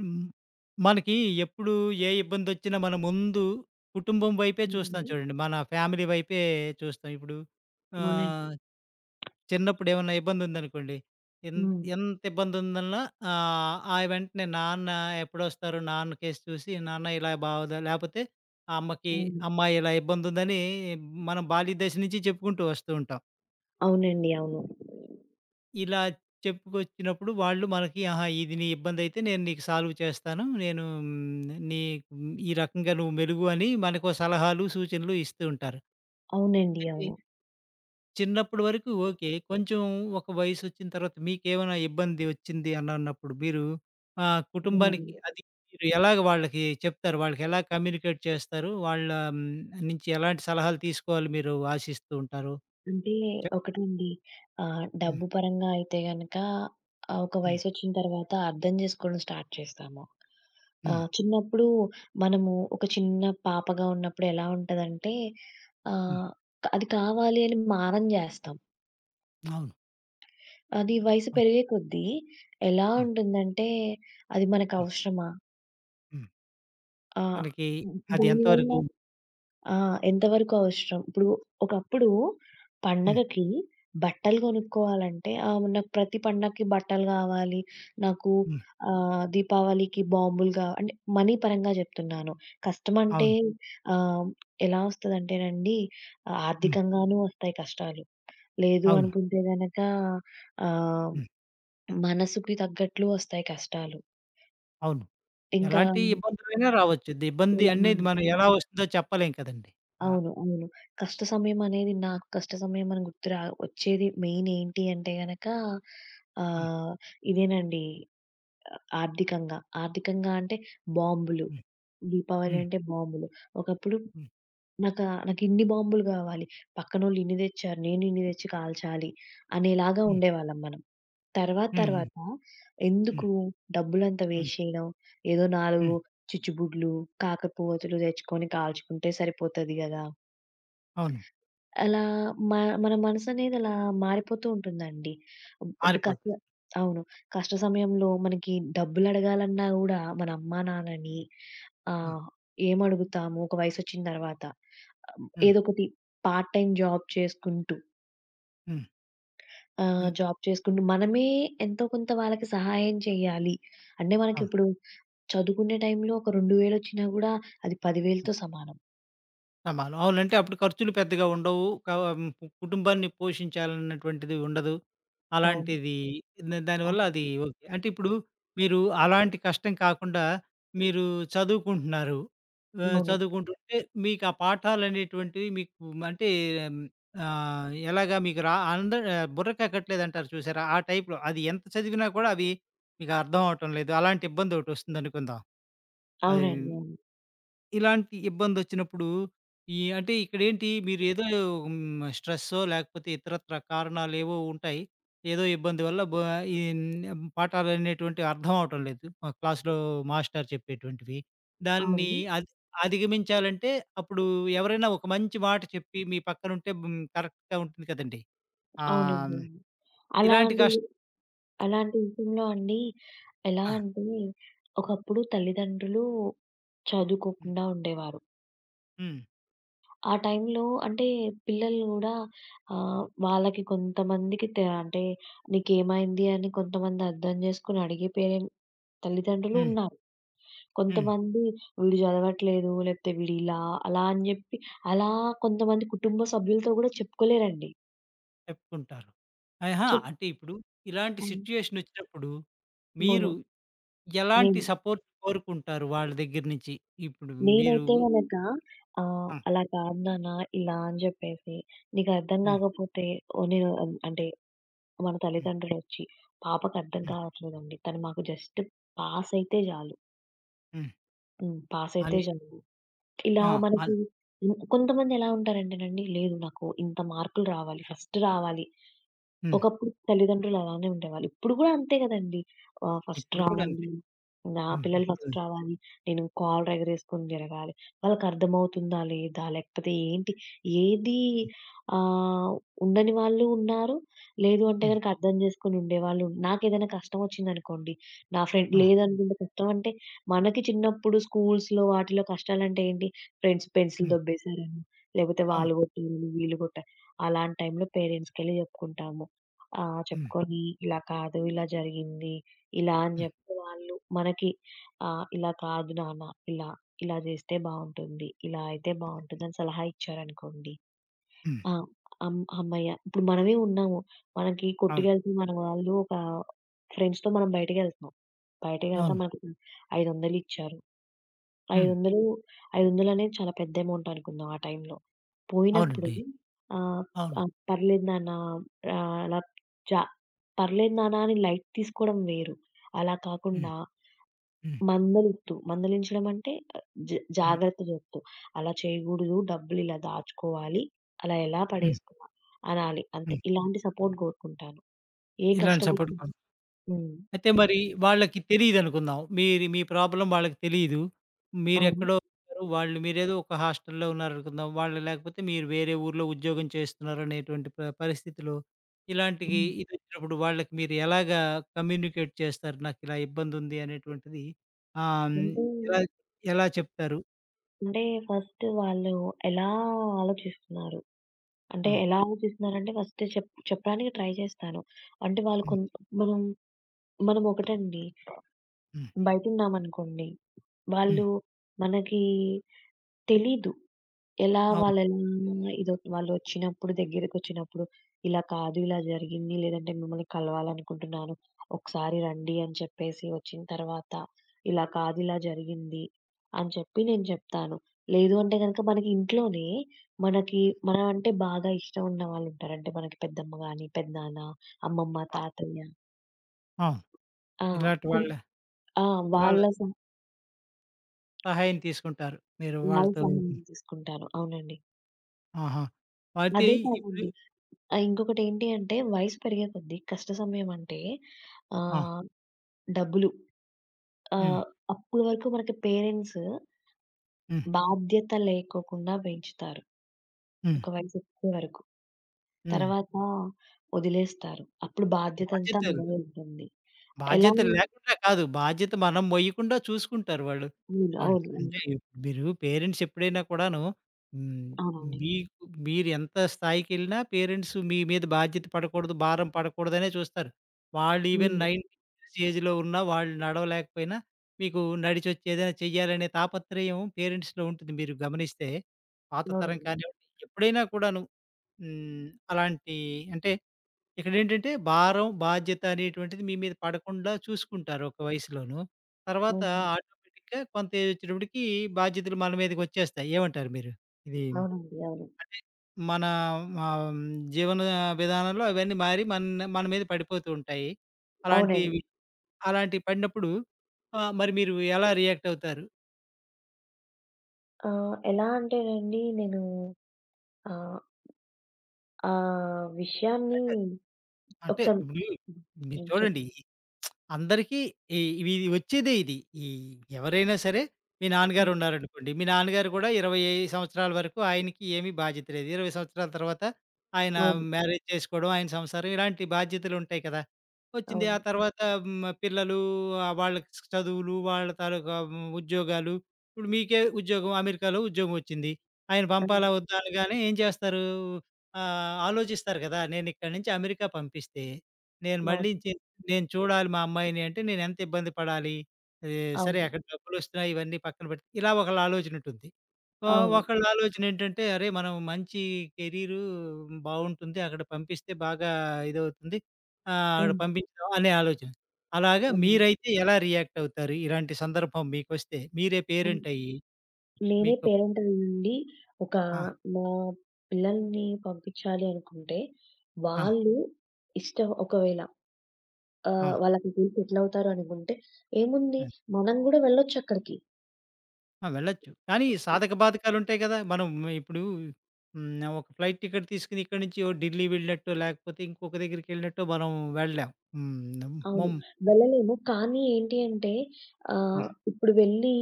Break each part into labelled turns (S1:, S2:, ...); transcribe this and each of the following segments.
S1: హ్మ్. మనకి ఎప్పుడు ఏ ఇబ్బందొచ్చినా మనం ముందు కుటుంబం వైపే చూస్తాం
S2: అవునండి.
S1: చూడండి. మన ఫ్యామిలీ వైపే చూస్తాం. ఇప్పుడు
S2: అవునండి.
S1: ఆహ్, చిన్నప్పుడు ఏమన్నా ఇబ్బందుందనుకోండి, ఎన్
S2: హ్మ్.
S1: ఎంత ఇబ్బందుందన్నా ఆహ్, ఆ ఆ వెంటనే నాన్న ఎప్పుడొస్తారు, నాన్న కేస్ చూసి నాన్న ఇలా బావుందా లేపోతే ఆ అమ్మకి,
S2: అవును.
S1: అమ్మ ఇలా ఇబ్బందుందని మనం బాల్య దశ నుంచి చెప్పుకుంటూ వస్తూ ఉంటాం.
S2: అవునండి. అవును.
S1: ఇలా చెప్పుకొచ్చినప్పుడు వాళ్ళు మనకి, "ఆహా! ఇది నీ ఇబ్బందయితే నేను నీకు సాల్వ్ చేస్తాను. నేను నీకు ఈ రకంగా నువ్వు మెలుగు" అని మనకో సలహాలు, సూచనలు ఇస్తూ ఉంటారు.
S2: అవునండి.
S1: అయితే
S2: అవును.
S1: చిన్నప్పటి వరకు ఓకే. కొంచెం ఒక వయసొచ్చిన తర్వాత మీకేమైనా ఇబ్బంది వచ్చింది అని అన్నప్పుడు మీరు
S2: అవునండి.
S1: కుటుంబానికి అది మీరు ఎలాగ వాళ్ళకి చెప్తారు? వాళ్ళకి ఎలా కమ్యూనికేట్ చేస్తారు? వాళ్ళ నుంచి ఎలాంటి సలహాలు తీసుకోవాలి మీరు ఆశిస్తూ ఉంటారు?
S2: అంటే
S1: చెప్
S2: ఒకటండి,
S1: హ్మ్.
S2: డబ్బు పరంగా అయితే గనక ఒక
S1: హ్మ్.
S2: వయసొచ్చిన తర్వాత అర్థం జేసుకోవడం స్టార్ట్ చేస్తాము.
S1: హ్మ్.
S2: చిన్నప్పుడు మనము ఒక చిన్న పాపగా ఉన్నప్పుడు ఎలా ఉంటదంటే
S1: హ్మ్.
S2: ఆహ్, అది కావాలి అని మారం జేస్తాం.
S1: అవును.
S2: అది వయసు
S1: అవును.
S2: పెరిగే కొద్దీ ఎలా
S1: హ్మ్.
S2: ఉంటుందంటే అది
S1: హ్మ్.
S2: మనకవసరమా?
S1: హ్మ్.
S2: ఆహ్,
S1: మనకి అది
S2: దానివల్ల ఆ! ఎంతవరకు అవసరం. ఇప్పుడు ఒకప్పుడు
S1: హ్మ్.
S2: పండగకి బట్టలు కొనుక్కోవాలంటే, నాకు ప్రతి పండగకి బట్టలు గావాలి. నాకు
S1: హ్మ్.
S2: దీపావళికి బాంబులు గా అంటే, మనీ పరంగా జెప్తున్నాను. కష్టమంటే
S1: అవును.
S2: ఆహ్, ఎలా వస్తదంటేనండి,
S1: హ్మ్.
S2: ఆర్థికంగానూ వస్తాయి కష్టాలు. లేదు
S1: అవును.
S2: అనుకుంటే గనక, ఆహ్,
S1: హ్మ్.
S2: మనసుకి తగ్గట్లు వస్తాయి కష్టాలు.
S1: అవును.
S2: ఇంకా
S1: ఎలాంటి ఇబ్బందులైనా రావచ్చు. ది ఇబ్బంది
S2: ఇలా ఆ!
S1: అనేది మనం ఎలా వస్తుందో చెప్పలేం కదండీ. ఆ!
S2: అవును. అవును. కష్ట సమయమనేది, నాకు కష్ట సమయమని గుర్తు రా వచ్చేది మెయిన్ ఏంటి అంటే గనక
S1: హ్మ్.
S2: ఆహ్, ఇదేనండి, ఆర్థికంగా. ఆర్థికంగా అంటే బాంబులు.
S1: హ్మ్.
S2: దీపావళి
S1: హ్మ్.
S2: అంటే బాంబులు. ఒకప్పుడు
S1: హ్మ్.
S2: నాకిన్ని బాంబులు గావాలి. పక్కనోళ్ళు ఇన్ని దెచ్చారు. నేను ఇన్ని దెచ్చి కాల్చాలి అనేలాగా
S1: హ్మ్.
S2: ఉండేవాళ్ళం మనం. తర్వాత
S1: హ్మ్. హ్మ్.
S2: తర్వాత
S1: హ్మ్.
S2: ఎందుకు డబ్బులంతా
S1: హ్మ్.
S2: వేస్ట్ చేయడం? ఏదో 4
S1: హ్మ్.
S2: చిచ్చుబుడ్లు, కాకరపువ్వొతులు దెచ్చుకొని కాల్చుకుంటే సరిపోతది గదా!
S1: అవును.
S2: అలా మ మన మనసనేది అలా మారిపోతూ ఉంటుందండి. అంటే కష్ట
S1: మారిపోతుంది.
S2: అవును. కష్ట సమయంలో మనకి డబ్బులడగాలన్నా గూడా మన అమ్మా నాన్నని
S1: హ్మ్.
S2: ఆహ్, ఏమడుగుతాము ఒక వయసొచ్చిన తర్వాత.
S1: హ్మ్.
S2: ఏదోకటి పార్ట్ టైమ్ జాబ్ చేసుకుంటూ,
S1: హ్మ్. హ్మ్.
S2: జాబ్ చేసుకుంటూ మనమే ఎంతో కొంత వాళ్ళకి సహాయం చేయాలి. అంటే
S1: అవును.
S2: మనకిప్పుడు చదువుకునే టైంలో ఒక 2000 ఒచ్చినా గూడా అది 10,000తో సమానం.
S1: సమానం. అవునంటే అప్పుడు ఖర్చులు పెద్దగా ఉండవు. హ్మ్. కుటుంబాన్ని పోషించాలన్నటువంటిది ఉండదు.
S2: అవును.
S1: అలాంటిది దానివల్ల
S2: అవును.
S1: అది ఓకే. అంటే ఇప్పుడు మీరు అలాంటి కష్టం కాకుండా మీరు చదువుకుంటున్నారు.
S2: అవును.
S1: చదువుకుంటుంటే మీకు ఆ పాఠాలనేటువంటివి మీకు అంటే ఎలాగా మీకు రా అంద బుర్రకెక్కట్లేదంటారు చూసారా? ఆ టైప్‌లో అది ఎంత చదివినా కూడా అవి మీకు అర్థం అవ్వటం లేదు. అలాంటి ఇబ్బందొకటొస్తుందనుకుందాం. అది
S2: అవునండి. అవును.
S1: ఇలాంటి ఇబ్బందొచ్చినప్పుడు, ఈ అంటే ఇక్కడేంటి మీరేదో స్ట్రెస్సో లేకపోతే ఇతరత్రా కారణాలేవో ఉంటాయి. ఏదో ఇబ్బంది వల్ల ఈ పాఠాలనేటువంటివి అర్థం అవటం లేదు. క్లాస్‌లో మాస్టారు చెప్పేటువంటివి. దాన్ని
S2: అవును.
S1: అధ్ అధిగమించాలంటే అప్పుడు ఎవరైనా ఒక మంచి మాట చెప్పి మీ పక్కనుంటే కరెక్ట్‌గా ఉంటుంది కదండీ.
S2: అవునండి.
S1: ఆహ్,
S2: అవును.
S1: ఇలాంటి
S2: అలాంటి
S1: కష్ట
S2: అలాంటి విషయంలో అండి, ఎలా
S1: ఆ!
S2: అంటే ఒకప్పుడు తల్లిదండ్రులు
S1: హ్మ్.
S2: చదువుకోకుండా ఉండేవారు.
S1: హ్మ్.
S2: ఆ టైంలో అంటే పిల్లలు గూడా వాళ్ళకి, కొంతమందికి తె అంటే నీకేమైంది అని కొంతమంది అర్థం జేసుకొని అడిగే పేరెం తల్లిదండ్రులు
S1: హ్మ్.
S2: ఉన్నారు.
S1: హ్మ్.
S2: కొంతమంది వీడు జదవట్లేదు, లేకపోతే వీడిలా, అలా అని జెప్పి అలా కొంతమంది కుటుంబ సభ్యులతో గూడా చెప్పుకోలేరండి.
S1: చెప్పుకుంటారు. అహా!
S2: చెప్
S1: అంటే ఇప్పుడు ఇలాంటి
S2: అవును.
S1: సిట్యుయేషనొచ్చినప్పుడు మీరు ఎలాంటి
S2: నేను.
S1: సపోర్ట్ కోరుకుంటారు వాళ్ళ దగ్గర నుంచి? ఇప్పుడు మీరు
S2: నేనైతే గనక
S1: ఆ!
S2: "అలా కాదు నాన్న, ఇలా" అని జెప్పేసి, "నీకర్థం
S1: హ్మ్.
S2: గాకపోతే ఓ నేను" అన్ అంటే మన
S1: హ్మ్.
S2: తల్లిదండ్రులొచ్చి, "పాపకర్థం
S1: హ్మ్.
S2: కావట్లేదండి. తను మాకు జస్ట్ పాస్ అయితే జాలు.
S1: హ్మ్.
S2: హ్మ్. పాస్ అయితే
S1: అని
S2: జాలు." ఇలా
S1: ఆ!
S2: మనకి
S1: అన్
S2: హ్మ్. కొంతమందెలా ఉంటారంటేనండి, "లేదు, నాకు ఇంత మార్కులు రావాలి, ఫస్ట్ రావాలి."
S1: హ్మ్.
S2: ఒకప్పుడు తల్లిదండ్రులు అలానే ఉండేవాళ్ళు. ఇప్పుడు గూడా అంతే గదండీ! ఫస్ట్
S1: ఇప్పుడు కూడా
S2: రావాలి.
S1: అంతే.
S2: నా
S1: హ్మ్.
S2: పిల్లలు
S1: ఇప్పుడు
S2: ఫస్ట్ రావాలి. నేను కాలర్ ఎగరేసుకొని తిరగాలి. వాళ్ళకర్థమవుతుందా? లేదా? లేకపోతే ఏంటి? ఏది
S1: హ్మ్.
S2: ఆహ్, ఉండని వాళ్ళు ఉన్నారు. లేదు అంటే
S1: హ్మ్.
S2: గనక అర్థం జేసుకొని ఉండేవాళ్ళు. నాకేదైనా కష్టం ఒచ్చిందనుకోండి, నా ఫ్రెండ్
S1: ఆ!
S2: లేదనుకుంటే కష్టం అంటే, మనకి చిన్నప్పుడు స్కూల్స్‌లో వాటిలో కష్టాలంటే ఏంటి? ఫ్రెండ్స్ పెన్సిల్
S1: హ్మ్.
S2: దొబ్బేశారని, లేకపోతే
S1: అవును.
S2: వాళ్ళు గొట్టారని, వీళ్ళు గొట్టారు. అలాంటి టైంలో పేరెంట్స్‌కెళ్లి జెప్పుకుంటాము. ఆ!
S1: హ్మ్.
S2: చెప్పుకొని, ఇలా కాదు, ఇలా జరిగింది, ఇలా అని
S1: హ్మ్.
S2: జెప్తే వాళ్ళు మనకి "ఇలా కాదు నాన్న, ఇలా, ఇలా జేస్తే బావుంటుంది, ఇలా అయితే బావుంటుంది" అని సలహా ఇచ్చారనుకోండి.
S1: హ్మ్.
S2: ఆ! అమ్ హమ్మయ్య! ఇప్పుడు మనమే ఉన్నాము. మనకి
S1: అవును.
S2: కొట్టుకెళ్తున్న మన వాళ్ళు ఒక ఫ్రెండ్స్‌తో మనం బయటికెళ్తున్నాం. బయటికెళ్తే
S1: అవును.
S2: మనకి 500 ఇచ్చారు.
S1: హ్మ్.
S2: 500, 500 అనేది చాలా పెద్ద అమౌంట్ అనుకుందాం ఆ టైంలో. పోయినప్పుడు
S1: అవునండి.
S2: ఆహ్,
S1: అవును.
S2: పర్లేదు నాన్న, అలా చ పర్లేదు నాన్న అని లైట్ తీసుకోవడం వేరు. అలా
S1: హ్మ్.
S2: కాకుండా
S1: హ్మ్.
S2: మందలిత్తు. మందలించడం అంటే ఆ, జ
S1: హ్మ్.
S2: జాగ్రత్త చెప్తూ. అలా చేయకూడదు. డబ్బులు ఇలా దాచుకోవాలి. అలా ఎలా
S1: హ్మ్.
S2: పడేసుకున్నా అనాలి అంతే.
S1: హ్మ్.
S2: ఇలాంటి సపోర్ట్ కోరుకుంటాను. ఏ
S1: ఇలాంటి
S2: కష్టం
S1: సపోర్ట్
S2: వచ్చినా. హ్మ్.
S1: అయితే మరి వాళ్ళకి తెలీదనుకుందాం. మీరి మీ ప్రాబ్లమ్ వాళ్ళకి తెలీదు.
S2: అవును.
S1: మీరెక్కడో ఉన్నారు. వాళ్ళు మీరేదో ఒక హాస్టల్‌లో ఉన్నారనుకుందాం. వాళ్ళు లేకపోతే మీరు వేరే ఊర్లో ఉద్యోగం చేస్తున్నారనేటువంటి పరిస్థితిలో ఇలాంటివి
S2: హ్మ్.
S1: ఇదొచ్చినప్పుడు వాళ్ళకి మీరు ఎలాగా కమ్యూనికేట్ చేస్తారు? నాకిలా ఇబ్బందుంది అనేటువంటిది ఆహ్, హ్మ్.
S2: అంటే
S1: ఎలా ఎలా చెప్తారు?
S2: అంటే ఫస్ట్ వాళ్ళు ఎలా ఆలోచిస్తున్నారు? అంటే
S1: హ్మ్.
S2: ఎలా ఆలోచిస్తున్నానంటే, ఫస్ట్ చెప్పడానికి ట్రై చేస్తాను. అంటే వాళ్ళు
S1: హ్మ్.
S2: కొం మనం మనం ఒకటండి,
S1: హ్మ్.
S2: బయటున్నామనుకోండి,
S1: హ్మ్.
S2: వాళ్ళు మనకి తెలీదు. ఎలా
S1: అవును.
S2: వాళ్ళెలా ఇదో వాళ్ళొచ్చినప్పుడు, దగ్గరకొచ్చినప్పుడు, ఇలా కాదు, ఇలా జరిగింది, లేదంటే మిమ్మల్ని కలవాలనుకుంటున్నాను, ఒకసారి రండి అని చెప్పేసి వచ్చిన తర్వాత, ఇలా కాదు, ఇలా జరిగింది అని చెప్పి నేను చెప్తాను. లేదు అంటే గనక మనకి ఇంట్లోనే, మనకి, మనం అంటే బాగా ఇష్టం ఉన్న వాళ్ళుంటారు. అంటే మనకి పెద్దమ్మ గాని, పెదనాన్న, అమ్మమ్మ,
S1: ఆ!
S2: తాతయ్య
S1: అవును.
S2: ఆ!
S1: ఇలాంటి
S2: కు
S1: వాళ్ళ
S2: ఆ!
S1: వాళ్ళ
S2: వాళ్ళ సహ
S1: సహాయం తీసుకుంటారు. మీరు
S2: వాళ్ళ
S1: వాళ్ళతో
S2: సహాయం తీసుకుంటాను. అవునండి.
S1: ఆహా! అయితే
S2: అదే
S1: ఇప్పుడు
S2: కాదండి. ఆ! ఇంకొకటేంటి అంటే, వయసు పెరిగే కొద్దీ కష్ట సమయం అంటే
S1: ఆ!
S2: ఆహ్, డబ్బులు.
S1: హ్మ్.
S2: ఆహ్, అప్పుడు వరకు మనకి పేరెంట్స్
S1: హ్మ్.
S2: బాధ్యత లేకోకుండా పెంచుతారు.
S1: హ్మ్.
S2: ఒక వయసొచ్చే వరకు.
S1: హ్మ్.
S2: తర్వాత వదిలేస్తారు. అప్పుడు బాధ్యతంతా
S1: బాధ్యతలు,
S2: మనదే ఉంటుంది. ఎలా
S1: బాధ్యతలు లేకుండా కాదు. బాధ్యత మనం మొయ్యకుండా చూసుకుంటారు వాళ్ళు. వాళ్ళు
S2: అవును.
S1: అంటే మీరు పేరెంట్స్ ఎప్పుడైనా కూడాను హ్మ్.
S2: అవును.
S1: మీకు మీరు ఎంత స్థాయికెళ్ళినా పేరెంట్స్ మీ మీద బాధ్యత పడకూడదు, భారం పడకూడదనే చూస్తారు. వాళ్ళు
S2: హ్మ్.
S1: ఈవెన్
S2: అవునండి.
S1: 90 ఇయర్స్ ఏజ్‌లో ఉన్నా వాళ్ళు నడవలేకపోయినా మీకు నడిచొచ్చి ఏదైనా చెయ్యాలనే తాపత్రయం పేరెంట్స్‌లో ఉంటుంది మీరు గమనిస్తే. పాత
S2: అవును.
S1: తరం
S2: అవునండి.
S1: కానివ్వండి, ఎప్పుడైనా కూడాను హ్మ్. అలాంటి అంటే ఇక్కడేంటంటే భారం, బాధ్యత అనేటువంటిది మీ మీద పడకుండా చూసుకుంటారు ఒక వయసులోను. తర్వాత
S2: హ్మ్.
S1: ఆటోమేటిక్‌గా కొంత ఏజొచ్చేటప్పటికి బాధ్యతలు మన మీదకొచ్చేస్తాయి. ఏమంటారు మీరు? ఇది
S2: అవునండి. అవును.
S1: అంటే మన ఆహ్, జీవన విధానంలో అవన్నీ మారి మన మన మీద పడిపోతూ ఉంటాయి.
S2: అవునండి.
S1: అలాంటివి అలాంటివి పడినప్పుడు మరి మీరు ఎలా రియాక్ట్ అవుతారు?
S2: ఎలా అంటేనండి, నేను ఆహ్, ఆ విషయాన్ని
S1: అంటే అంటే
S2: ఒకసారి
S1: ఇప్పుడు
S2: హ్మ్.
S1: మీరు
S2: హ్మ్.
S1: చూడండి
S2: చెప్పండి.
S1: అందరికీ ఈ ఇవి ఇది వచ్చేదే ఇది. ఈ ఎవరైనా సరే మీ నాన్నగారు
S2: హ్మ్.
S1: ఉన్నారనుకోండి. మీ నాన్నగారు కూడా 20 సంవత్సరాల వరకు ఆయనకి ఏమీ బాధ్యత లేదు. 20 సంవత్సరాల తర్వాత ఆయన
S2: అవును.
S1: మ్యారేజ్ చేసుకోవడం, ఆయన సంసారం ఇలాంటి బాధ్యతలు ఉంటాయి కదా! వచ్చింది. ఆ
S2: అవును.
S1: తర్వాత పిల్లలు వాళ్ళకి చదువులు, వాళ్ళ తాలూకా ఉద్యోగాలు. ఇప్పుడు మీకే ఉద్యోగం అమెరికాలో ఉద్యోగం వచ్చింది. ఆయన
S2: అవును.
S1: పంపాలా వద్దా అనగానే ఏం చేస్తారు? ఆలోచిస్తారు కదా! నేనిక్కడి నుంచి అమెరికా పంపిస్తే, నేను మళ్ళీ
S2: అవును.
S1: నేను చూడాలి మా అమ్మాయిని అంటే నేనెంత ఇబ్బంది పడాలి? ఆహ్, సరే
S2: అవును.
S1: అక్కడ డబ్బులొస్తున్నాయి ఇవన్నీ పక్కన పెడితే ఇలా ఒకళ్ళ ఆలోచనుంటుంది. ఒ
S2: అవును.
S1: ఒకళ్ళ ఆలోచనేంటంటే అరే! మనం మంచి కెరీరు బావుంటుంది. అక్కడ పంపిస్తే బాగా ఇదవుతుంది. అక్కడ
S2: హ్మ్.
S1: పంపించదాం అనే ఆలోచన. అలాగా
S2: హ్మ్.
S1: మీరైతే ఎలా రియాక్ట్ అవుతారు? ఇలాంటి సందర్భం మీకొస్తే? మీరే
S2: హ్మ్.
S1: పేరెంటయ్యి
S2: నేనే
S1: మీకు
S2: పేరెంట్ అయ్యుండి ఒక
S1: ఆ!
S2: నా పిల్లల్ని పంపించాలి అనుకుంటే,
S1: ఆ!
S2: వాళ్ళు ఇష్టం, ఒకవేళ
S1: అవును.
S2: వాళ్ళక్కడికెళ్లి సెటిల్ అవుతారు అనుకుంటే, ఏముంది,
S1: ఆ!
S2: మనం గూడా వెళ్ళొచ్చక్కడికి.
S1: ఆ! వెళ్ళొచ్చు. కానీ సాధక బాధకాలుంటాయి గదా! మనం ఇప్పుడు హ్మ్. ఒక ఫ్లైట్ టికెట్ తీసుకొని ఇక్కడి నుంచి ఓ ఢిల్లీ వెళ్ళినట్టో, లేకపోతే ఇంకొక దగ్గరికెళ్ళినట్టో మనం వెళ్ళలేం. హ్మ్.
S2: అవును.
S1: మొం
S2: వెళ్ళలేము. కానీ ఏంటి అంటే,
S1: ఆ!
S2: ఇప్పుడు వెళ్ళి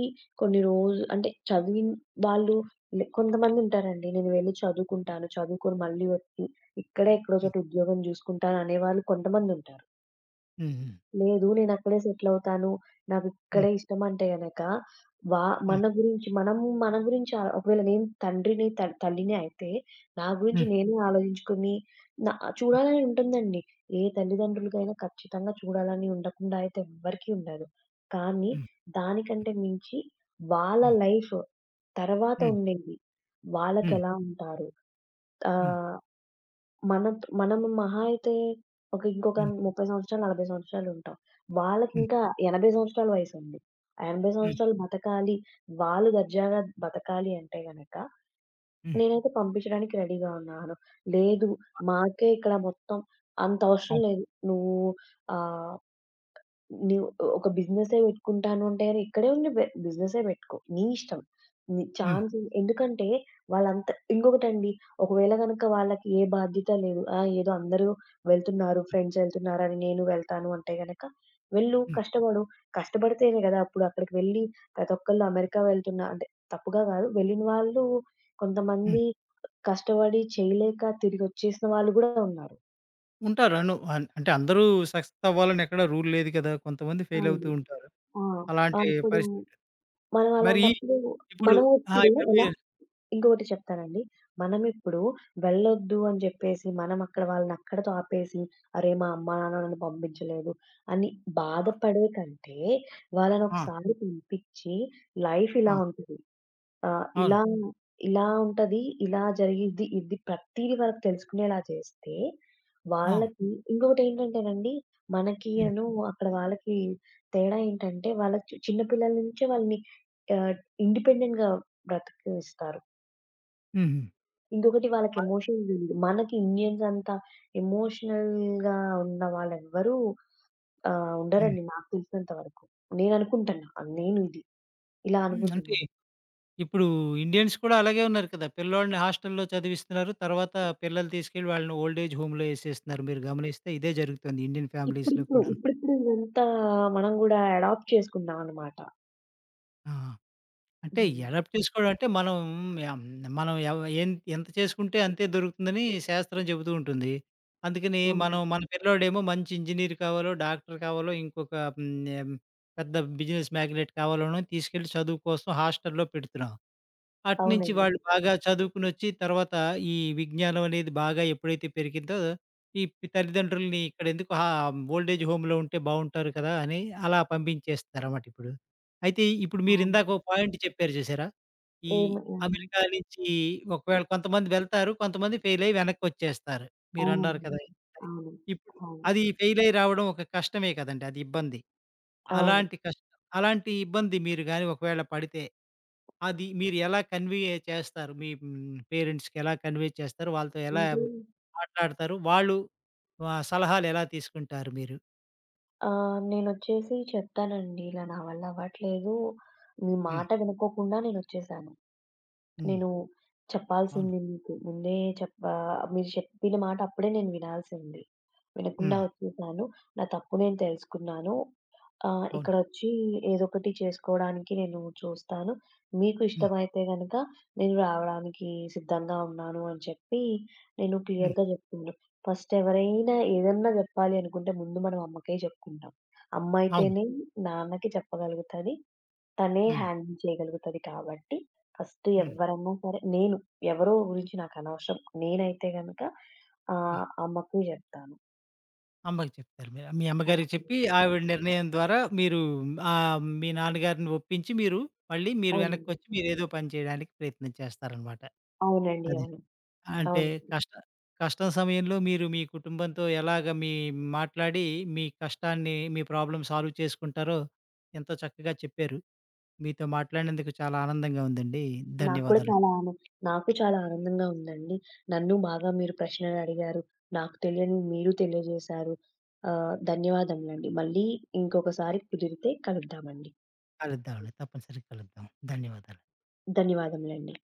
S2: కొన్ని రోజులు అంటే చదివిన వాళ్ళు లే కొంతమందుంటారండి. నేను వెళ్ళి చదువుకుంటాను. చదువుకొని మళ్ళీ వచ్చి ఇక్కడే ఎక్కడో
S1: హ్మ్.
S2: చోట ఉద్యోగం జూసుకుంటాను అనేవాళ్ళు కొంతమందుంటారు.
S1: హ్మ్.
S2: లేదు. నేనక్కడే సెటిలవుతాను.
S1: హ్మ్.
S2: నాకిక్కడే ఇష్టమంటే గనక, వా
S1: హ్మ్.
S2: మన గురించి ఒకవేళ నేను తండ్రిని, త తల్లిని అయితే, నా గురించి
S1: హ్మ్.
S2: నేనే ఆలోచించుకొని నా చూడాలని ఉంటుందండి. ఏ తల్లిదండ్రులకైనా ఖచ్చితంగా చూడాలని ఉండకుండా అయితే ఎవ్వరికీ ఉండదు. కానీ,
S1: హ్మ్.
S2: దానికంటే మించి వాళ్ళ
S1: హ్మ్.
S2: లైఫ్ తర్వాత
S1: హ్మ్.
S2: ఉండేది.
S1: హ్మ్.
S2: వాళ్ళకెలా ఉంటారు?
S1: హ్మ్.
S2: ఆహ్, మనత్ మనం మహా అయితే ఒక ఇంకొక
S1: హ్మ్.
S2: 30 సంవత్సరాలు, 40 సంవత్సరాలు ఉంటాం.
S1: హ్మ్.
S2: వాళ్ళకింకా 80 సంవత్సరాల వయసుంది. ఆ 80
S1: హ్మ్.
S2: సంవత్సరాలు బతకాలి, వాళ్ళు దర్జాగా బతకాలి అంటే గనక,
S1: హ్మ్.
S2: నేనైతే పంపించడానికి రెడీగా ఉన్నాను. లేదు, మాకే ఇక్కడ మొత్తం అంత అవసరం
S1: అవును.
S2: లేదు. నువ్వు ఆహ్ నీవు ఒక బిజినెసే పెట్టుకుంటాను అంటే గనక ఇక్కడే ఉండి బిజినెసే పెట్టుకో. నీ ఇష్టం. నీ
S1: హ్మ్.
S2: ఛాన్స్ ఎందుకంటే వాళ్ళంతా ఇంకొకటండి, ఒకవేళ గనక వాళ్ళకి ఏ బాధ్యత లేదు. ఆ! ఏదో అందరూ వెళ్తున్నారు, ఫ్రెండ్స్ ఎళ్తున్నారని నేను వెళ్తాను అంటే గనక వెళ్ళు,
S1: హ్మ్.
S2: కష్టపడు. కష్టపడితేనే గదా! అప్పుడు అక్కడికి వెళ్లి ప్రతి ఒక్కళ్ళు అమెరికా వెళ్తున్నా అంటే తప్పుగా గాదు. వెళ్ళిన వాళ్ళు
S1: హ్మ్.
S2: కొంతమంది కష్టపడి చేయలేక తిరిగొచ్చేసిన వాళ్ళు గూడా ఉన్నారు.
S1: ఉంటారు. అను అన్ అంటే అందరూ సక్సెస్ అవ్వాలని ఎక్కడ రూల్ లేదు కదా! కొంతమంది ఫెయిల్
S2: అవును.
S1: అవుతూ ఉంటారు.
S2: ఆ! ఆ!
S1: అలాంటి
S2: ఇప్పుడు
S1: పరిస్థితి.
S2: మనం
S1: మరి
S2: అలాంటప్పుడు
S1: ఇప్పుడు ఆ!
S2: మనమిప్పుడు
S1: ఇప్పుడు
S2: ఎలా
S1: మీరు
S2: ఇంకొకటి చెప్తానండి. మనమిప్పుడు వెళ్ళొద్దు అని చెప్పేసి, మనం అక్కడ వాళ్ళని అక్కడితో ఆపేసి, "అరే! మా అమ్మా, నాన్న నన్ను పంపించలేదు" అని బాధపడే కంటే,
S1: ఆ!
S2: వాళ్ళనొకసారి పంపించి, లైఫ్
S1: ఆ!
S2: ఇలా ఉంటది. ఆ!
S1: అవును.
S2: ఇలా ఇలా ఉంటది. ఇలా జరిగిద్ది. ఇది ప్రతీది వాళ్ళకి తెలుసుకునేలా చేస్తే,
S1: ఆ!
S2: వాళ్ళకి ఇంకొకటేంటంటేనండి,
S1: హ్మ్.
S2: మనకిను అక్కడ వాళ్ళకి తేడా ఏంటంటే, వాళ్ళ చిన్న పిల్లల నుంచే వాళ్ళని ఆహ్, ఇండిపెండెంట్‌గా బ్రతికిస్తారు.
S1: హుహు.
S2: ఇంకొకటి, వాళ్ళకి ఎమోషన్ తెలీదు. మనకి ఇండియన్స్ అంత ఎమోషనల్‌గా ఉన్న వాళ్ళెవ్వరూ
S1: హ్మ్.
S2: ఉండరండి నాకు తెలిసినంత వరకు. నేననుకుంటున్నా. అది నేను ఇది. ఇలా
S1: హ్మ్. అంటే
S2: అనుకుంటున్నాను.
S1: ఇప్పుడు ఇండియన్స్ కూడా అలాగే ఉన్నారు కదా! పిల్లోడిని హాస్టల్‌లో చదివిస్తున్నారు. తర్వాత పిల్లలు తీసుకెళ్ళి వాళ్ళని ఓల్డ్ ఏజ్ హోమ్‌లో ఏసేస్తున్నారు. మీరు గమనిస్తే ఇదే జరుగుతుంది ఇండియన్ ఫ్యామిలీస్‌లో
S2: ఇప్పుడిప్పుడు,
S1: కూడాను.
S2: ఇప్పుడిప్పుడు ఇదంతా మనం గూడా అడాప్ట్ చేసుకున్నాం అనమాట.
S1: ఆ! అంటే
S2: హ్మ్.
S1: అడాప్ట్ చేసుకోవడం అంటే మనం యాం మనం ఎవ ఎన్ ఎంత చేసుకుంటే అంతే దొరుకుతుందని శాస్త్రం చెబుతూ ఉంటుంది. అందుకని
S2: అవును.
S1: మనం మన పిల్లోడేమో మంచి ఇంజినీర్ కావాలో, డాక్టర్ కావాలో, ఇంకొక ఆహ్, పెద్ద బిజినెస్ మ్యాగ్నెట్ కావాలోనో తీసుకెళ్ళి చదువు కోసం హాస్టల్‌లో పెడుతున్నాం. అటునుంచి
S2: అవునండి.
S1: వాళ్ళు బాగా చదువుకునొచ్చి తర్వాత ఈ విజ్ఞానం అనేది బాగా ఎప్పుడైతే పెరిగిందో, ఈ తల్లిదండ్రుల్ని ఇక్కడెందుకు ఓల్డ్ ఏజ్ హోమ్‌లో ఉంటే బావుంటారు కదా! అని అలా పంపించేస్తున్నారన్నమాట ఇప్పుడు. అయితే ఇప్పుడు
S2: అవును.
S1: మీరిందాక ఓ పాయింట్ చెప్పారు చూసారా? ఈ
S2: ఏమి అవును.
S1: అమెరికా నుంచి ఒకవేళ కొంతమంది వెళ్తారు, కొంతమంది ఫెయిల్ అయ్యి వెనక్కొచ్చేస్తారు. మీరన్నారు
S2: అవునండి.
S1: కదా!
S2: అవును.
S1: ఇప్పుడు
S2: అవును.
S1: అది ఫెయిల్ అయ్యి రావడం ఒక కష్టమే కదండీ! అది ఇబ్బంది.
S2: అవును.
S1: అలాంటి కష్టం అలాంటి ఇబ్బంది మీరు గాని ఒకవేళ పడితే అది మీరు ఎలా కన్వే చేస్తారు? మీ పేరెంట్స్‌కి ఎలా కన్వే చేస్తారు? వాళ్ళతో ఎలా
S2: అంటే
S1: మాట్లాడతారు? వాళ్ళు సలహాలు ఎలా తీసుకుంటారు మీరు?
S2: నేనొచ్చేసి చెప్తానండి. ఇలా నా వల్ల అవ్వట్లేదు. మీ
S1: హ్మ్.
S2: మాట వినుకోకుండా నేనొచ్చేసాను.
S1: హ్మ్.
S2: నేను
S1: అవును.
S2: చెప్పాల్సింది మీకు. ముందే చెప్ప మీరు చెప్పిన మాట అప్పుడే నేను వినాల్సింది. వినకుండా
S1: హ్మ్.
S2: వచ్చేసాను. నా తప్పు నేను తెలుసుకున్నాను.
S1: అవును.
S2: ఇక్కడొచ్చి ఏదోకటి చేసుకోవడానికి నేను చూస్తాను. మీకు
S1: హ్మ్.
S2: ఇష్టమైతే గనక నేను రావడానికి సిద్ధంగా ఉన్నాను అని చెప్పి నేను
S1: హ్మ్.
S2: క్లియర్‌గా జెప్పాను. ఫస్ట్ ఎవరైనా ఏదన్నా జెప్పాలి అనుకుంటే ముందు మనం అమ్మకే జెప్పుకుంటాం. అమ్మ
S1: అవును.
S2: అయితేనే నాన్నకి చెప్పగలుగుతది. తనే
S1: హ్మ్.
S2: హ్యాండిల్ చేయగలుగుతది కాబట్టి, ఫస్ట్
S1: హ్మ్.
S2: ఎవ్వరన్నా సరే నేను ఎవరో గురించి నాకనవసరం. నేనైతే గనక
S1: హ్మ్.
S2: అమ్మకి జెప్తాను.
S1: అమ్మకి చెప్తారు మీరు. మీ అమ్మగారికి
S2: అమ్మకి
S1: చెప్పి
S2: జెప్తాను.
S1: ఆవిడ నిర్ణయం ద్వారా మీరు మీ నాన్నగారిని ఒప్పించి మీరు మళ్ళీ మీరు
S2: అవునండి.
S1: వెనక్కొచ్చి మీరేదో పని చేయడానికి ప్రయత్నం చేస్తారనమాట.
S2: అవునండి.
S1: అది.
S2: అవును.
S1: అంటే
S2: అవునండి.
S1: కష్ట కష్టం సమయంలో మీరు మీ కుటుంబంతో ఎలాగ మీ మాట్లాడి, మీ కష్టాన్ని, మీ ప్రాబ్లమ్ సాల్వ్ చేసుకుంటారో ఎంతో చక్కగా చెప్పారు. మీతో మాట్లాడినందుకు చాలా ఆనందంగా ఉందండి.
S2: నాకు కూడా
S1: ధన్యవాదాలు.
S2: చాలా ఆన నాకు చాలా ఆనందంగా ఉందండి. నన్ను బాగా మీరు ప్రశ్నలడిగారు. నాకు తెలియనివి మీరు తెలియజేశారు. ధన్యవాదములండి. మళ్ళీ ఇంకొకసారి కుదిరితే కలుద్దామండి.
S1: కలుద్దామండి. తప్పనిసరిగా కలుద్దాం. ధన్యవాదాలు.
S2: ధన్యవాదములండి.